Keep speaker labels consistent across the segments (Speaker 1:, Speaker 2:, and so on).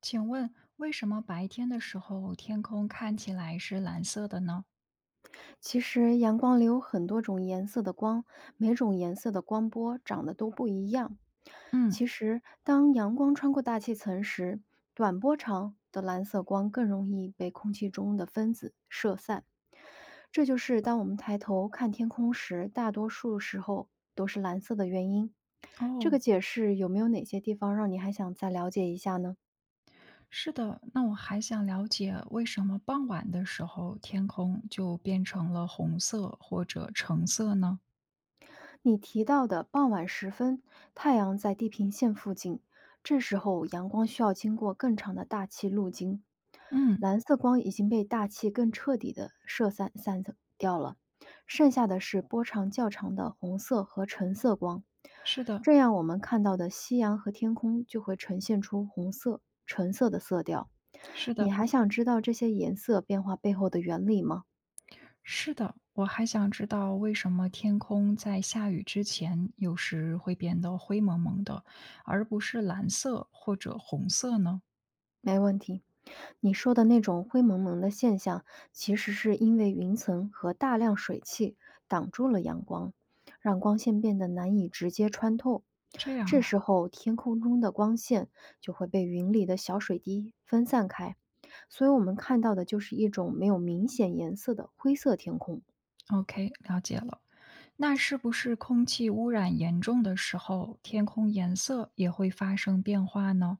Speaker 1: 请问为什么白天的时候天空看起来是蓝色的呢？
Speaker 2: 其实阳光里有很多种颜色的光，每种颜色的光波长得都不一样。
Speaker 1: 嗯，
Speaker 2: 其实，当阳光穿过大气层时，短波长的蓝色光更容易被空气中的分子射散。这就是当我们抬头看天空时，大多数时候都是蓝色的原因。这
Speaker 1: 哦，
Speaker 2: 个解释有没有哪些地方让你还想再了解一下呢？
Speaker 1: 是的。那我还想了解为什么傍晚的时候天空就变成了红色或者橙色呢？
Speaker 2: 你提到的傍晚时分，太阳在地平线附近，这时候阳光需要经过更长的大气路径，
Speaker 1: 嗯，
Speaker 2: 蓝色光已经被大气更彻底的射散掉了，剩下的是波长较长的红色和橙色光，
Speaker 1: 是的，
Speaker 2: 这样我们看到的夕阳和天空就会呈现出红色、橙色的色调。
Speaker 1: 是
Speaker 2: 你
Speaker 1: 的，
Speaker 2: 还想知道这些颜色变化背后的原理吗？
Speaker 1: 是的。我还想知道为什么天空在下雨之前有时会变得灰蒙蒙的，而不是蓝色或者红色呢？
Speaker 2: 没问题，你说的那种灰蒙蒙的现象，其实是因为云层和大量水汽挡住了阳光，让光线变得难以直接穿透。
Speaker 1: 这样
Speaker 2: 这时
Speaker 1: 啊
Speaker 2: 候，天空中的光线就会被云里的小水滴分散开，所以我们看到的就是一种没有明显颜色的灰色天空。
Speaker 1: ，OK，了解了。那是不是空气污染严重的时候，天空颜色也会发生变化呢？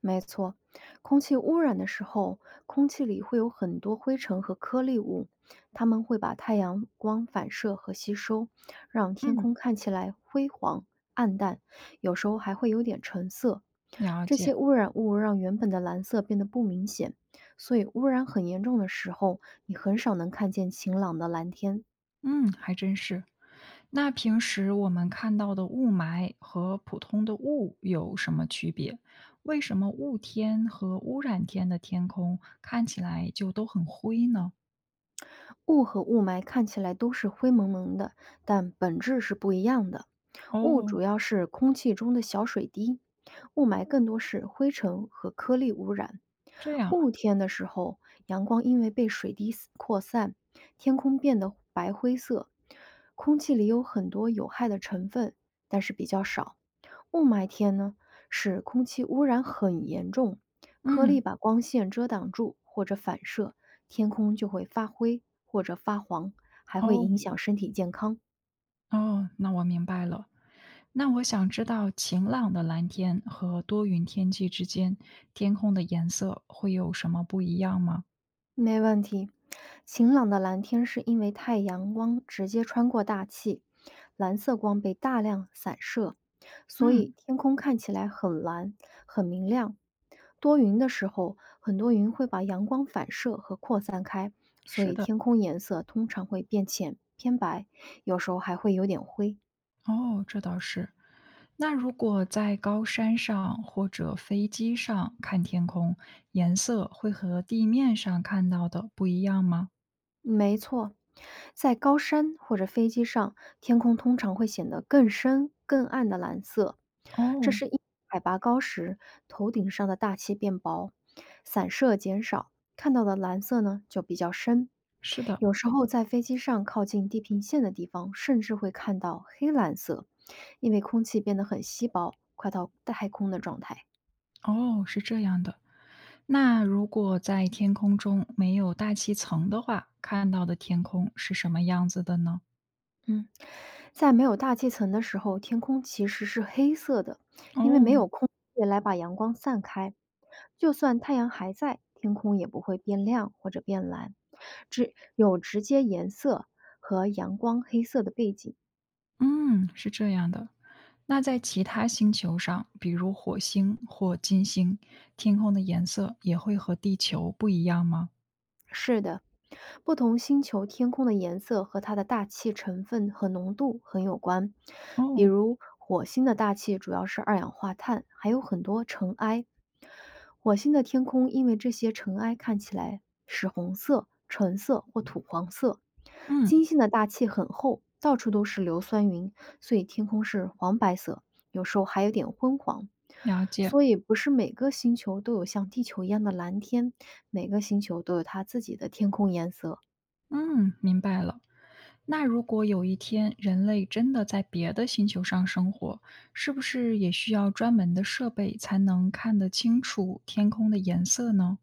Speaker 2: 没错，空气污染的时候，空气里会有很多灰尘和颗粒物，它们会把太阳光反射和吸收，让天
Speaker 1: 嗯，
Speaker 2: 空看起来灰黄、暗淡，有时候还会有点橙色。
Speaker 1: 了
Speaker 2: 这
Speaker 1: 解。
Speaker 2: 些污染物让原本的蓝色变得不明显，所以污染很严重的时候，你很少能看见晴朗的蓝天。
Speaker 1: 嗯，还真是。那平时我们看到的雾霾和普通的雾有什么区别？为什么雾天和污染天的天空看起来就都很灰呢？
Speaker 2: 雾和雾霾看起来都是灰蒙蒙的，但本质是不一样的。雾
Speaker 1: 哦，
Speaker 2: 主要是空气中的小水滴，雾霾更多是灰尘和颗粒污染。
Speaker 1: 这样啊。
Speaker 2: 雾天的时候，阳光因为被水滴扩散，天空变得白灰色，空气里有很多有害的成分，但是比较少。雾霾天呢，使空气污染很严重，颗粒
Speaker 1: 嗯，
Speaker 2: 把光线遮挡住或者反射，天空就会发灰或者发黄，还会
Speaker 1: 哦，
Speaker 2: 影响身体健康。
Speaker 1: 哦，那我明白了。那我想知道晴朗的蓝天和多云天气之间，天空的颜色会有什么不一样吗？
Speaker 2: 没问题。晴朗的蓝天是因为太阳光直接穿过大气，蓝色光被大量散射，所
Speaker 1: 嗯，
Speaker 2: 以天空看起来很蓝、很明亮。多云的时候，很多云会把阳光反射和扩散开，所
Speaker 1: 是
Speaker 2: 以
Speaker 1: 的，
Speaker 2: 天空颜色通常会变浅、偏白，有时候还会有点灰。
Speaker 1: 哦，这倒是。那如果在高山上或者飞机上看天空，颜色会和地面上看到的不一样吗？
Speaker 2: 没错，在高山或者飞机上，天空通常会显得更深、更暗的蓝色，这
Speaker 1: 哦，
Speaker 2: 是因海拔高时头顶上的大气变薄，散射减少，看到的蓝色呢就比较深。
Speaker 1: 是的，
Speaker 2: 有时候在飞机上靠近地平线的地方，甚至会看到黑蓝色，因为空气变得很稀薄，快到太空的状态。
Speaker 1: 哦，是这样的。那如果在天空中没有大气层的话，看到的天空是什么样子的呢？
Speaker 2: 嗯，在没有大气层的时候，天空其实是黑色的，因为没
Speaker 1: 哦，
Speaker 2: 有空气来把阳光散开。就算太阳还在，天空也不会变亮或者变蓝，只有直接颜色和阳光黑色的背景。
Speaker 1: 嗯，是这样的。那在其他星球上，比如火星或金星，天空的颜色也会和地球不一样吗？
Speaker 2: 是的，不同星球天空的颜色和它的大气成分和浓度很有关。比
Speaker 1: 哦，
Speaker 2: 如火星的大气主要是二氧化碳，还有很多尘埃。火星的天空因为这些尘埃看起来是红色、橙色或土黄色。
Speaker 1: 嗯，
Speaker 2: 金星的大气很厚，到处都是硫酸云，所以天空是黄白色，有时候还有点昏黄。
Speaker 1: 了解，
Speaker 2: 所以，不是每个星球都有像地球一样的蓝天，每个星球都有它自己的天空颜色。
Speaker 1: 嗯，明白了。那如果有一天人类真的在别的星球上生活，是不是也需要专门的设备才能看得清楚天空的颜色呢？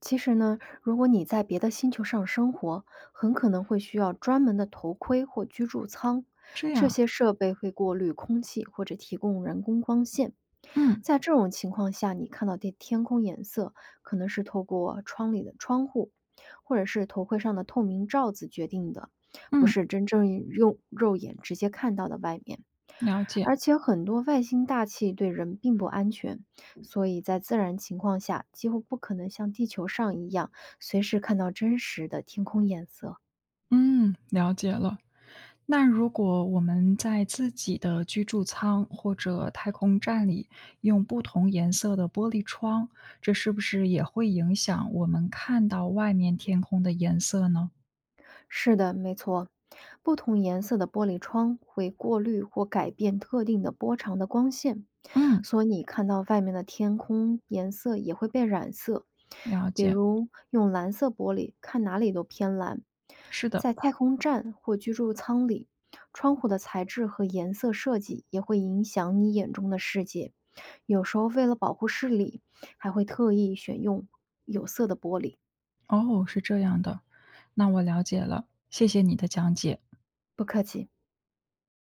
Speaker 2: 其实呢，如果你在别的星球上生活，很可能会需要专门的头盔或居住舱，
Speaker 1: 这
Speaker 2: 这
Speaker 1: 样，
Speaker 2: 些设备会过滤空气或者提供人工光线。
Speaker 1: 嗯
Speaker 2: 在这种情况下，你看到的天空颜色可能是透过窗里的窗户，或者是头盔上的透明罩子决定的，不
Speaker 1: 嗯，
Speaker 2: 是真正用肉眼直接看到的外面。
Speaker 1: 了解，
Speaker 2: 而且很多外星大气对人并不安全，所以在自然情况下，几乎不可能像地球上一样随时看到真实的天空颜色。
Speaker 1: 嗯，了解了。那如果我们在自己的居住舱或者太空站里用不同颜色的玻璃窗，这是不是也会影响我们看到外面天空的颜色呢？
Speaker 2: 是的，没错，不同颜色的玻璃窗会过滤或改变特定的波长的光线，
Speaker 1: 嗯，
Speaker 2: 所以你看到外面的天空颜色也会被染色，
Speaker 1: 了
Speaker 2: 比
Speaker 1: 解，
Speaker 2: 如用蓝色玻璃看哪里都偏蓝。
Speaker 1: 是的，
Speaker 2: 在太空站或居住舱里，窗户的材质和颜色设计也会影响你眼中的世界。有时候为了保护视力，还会特意选用有色的玻璃。
Speaker 1: 哦，是这样的，那我了解了，谢谢你的讲解。
Speaker 2: 不客气。